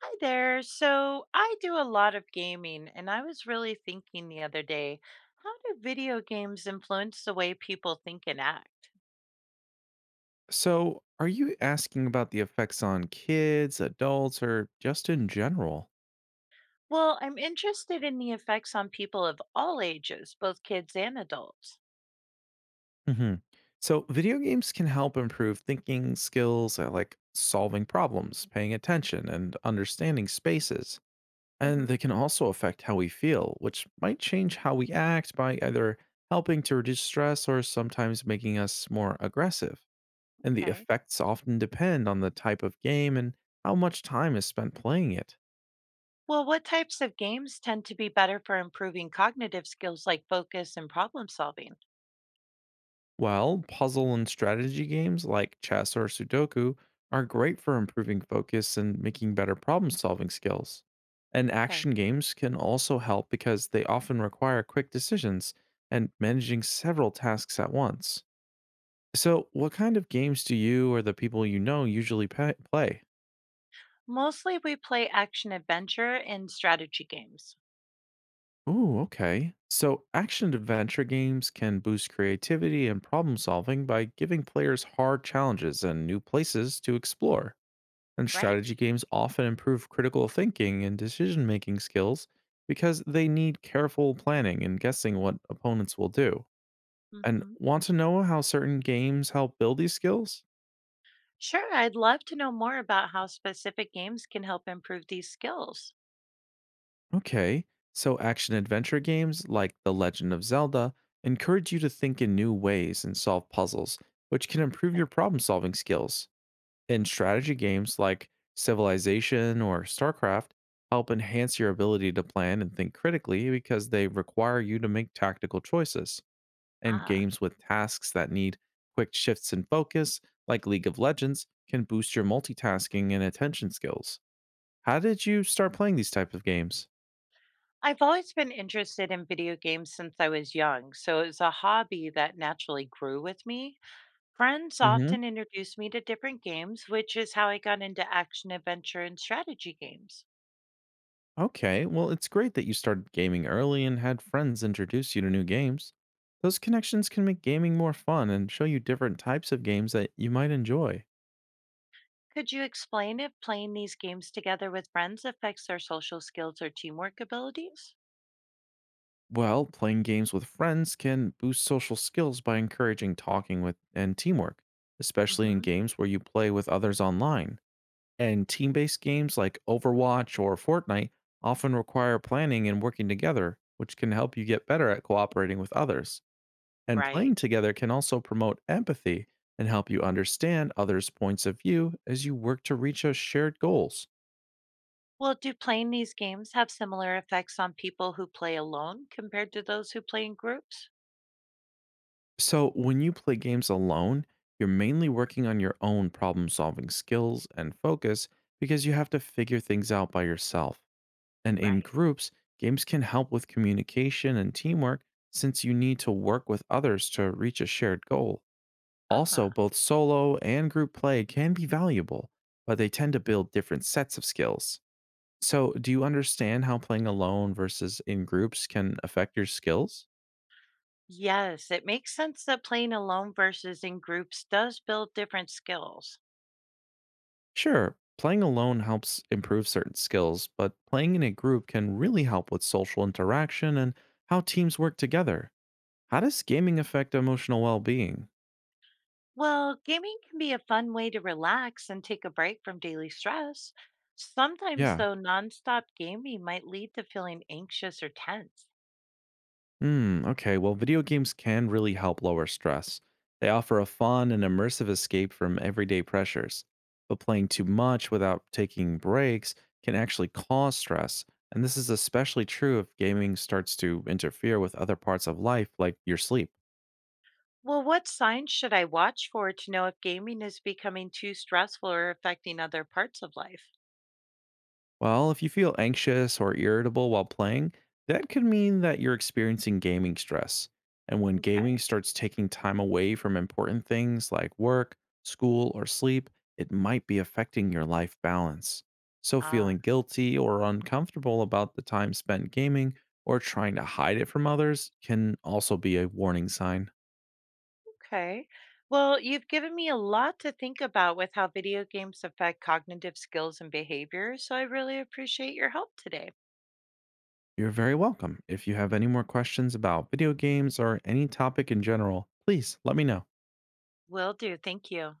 Hi there. So I do a lot of gaming, and I was really thinking the other day, how do video games influence the way people think and act? So, are you asking about the effects on kids, adults, or just in general? Well, I'm interested in the effects on people of all ages, both kids and adults. Hmm. So, video games can help improve thinking skills, like solving problems, paying attention, and understanding spaces. And they Hmm. can also affect how we feel, which might change how we act by either helping to reduce stress or sometimes making us more aggressive. And the Okay. effects often depend on the type of game and how much time is spent playing it. Well, what types of games tend to be better for improving cognitive skills like focus and problem solving? Well, puzzle and strategy games like chess or Sudoku are great for improving focus and making better problem solving skills. And Okay. action games can also help because they often require quick decisions and managing several tasks at once. So, what kind of games do you or the people you know usually play? Mostly we play action adventure and strategy games. Ooh, okay. So, action adventure games can boost creativity and problem solving by giving players hard challenges and new places to explore. And Right. strategy games often improve critical thinking and decision making skills because they need careful planning and guessing what opponents will do. And Hmm. want to know how certain games help build these skills? Sure, I'd love to know more about how specific games can help improve these skills. Okay, so action adventure games like The Legend of Zelda encourage you to think in new ways and solve puzzles, which can improve your Okay. problem solving skills. And strategy games like Civilization or StarCraft help enhance your ability to plan and think critically because they require you to make tactical choices. And Ah. games with tasks that need quick shifts in focus, like League of Legends, can boost your multitasking and attention skills. How did you start playing these type of games? I've always been interested in video games since I was young, so it's a hobby that naturally grew with me. Friends Hmm. often introduced me to different games, which is how I got into action, adventure, and strategy games. Okay, well, it's great that you started gaming early and had friends introduce you to new games. Those connections can make gaming more fun and show you different types of games that you might enjoy. Could you explain if playing these games together with friends affects their social skills or teamwork abilities? Well, playing games with friends can boost social skills by encouraging talking with and teamwork, especially in Hmm. games where you play with others online. And team based games like Overwatch or Fortnite often require planning and working together, which can help you get better at cooperating with others. And playing Right. together can also promote empathy and help you understand others' points of view as you work to reach a shared goals. Well, do playing these games have similar effects on people who play alone compared to those who play in groups? So, when you play games alone, you're mainly working on your own problem solving skills and focus because you have to figure things out by yourself. And in Right. groups, games can help with communication and teamwork since you need to work with others to reach a shared goal. Also, Ah, both solo and group play can be valuable, but they tend to build different sets of skills. So, do you understand how playing alone versus in groups can affect your skills? yes, it makes sense that playing alone versus in groups does build different skills. Sure, playing alone helps improve certain skills, but playing in a group can really help with social interaction and how teams work together. How does gaming affect emotional well being? Well, gaming can be a fun way to relax and take a break from daily stress. Sometimes, Yeah. though, nonstop gaming might lead to feeling anxious or tense. Hmm, okay, well, video games can really help lower stress. They offer a fun and immersive escape from everyday pressures. But playing too much without taking breaks can actually cause stress. And this is especially true if gaming starts to interfere with other parts of life, like your sleep. Well, what signs should I watch for to know if gaming is becoming too stressful or affecting other parts of life? Well, if you feel anxious or irritable while playing, that could mean that you're experiencing gaming stress. And when Okay. gaming starts taking time away from important things like work, school, or sleep, it might be affecting your life balance. So, Ah. feeling guilty or uncomfortable about the time spent gaming or trying to hide it from others can also be a warning sign. Okay. Well, you've given me a lot to think about with how video games affect cognitive skills and behavior, so I really appreciate your help today. You're very welcome. If you have any more questions about video games or any topic in general, please let me know. Will do. Thank you.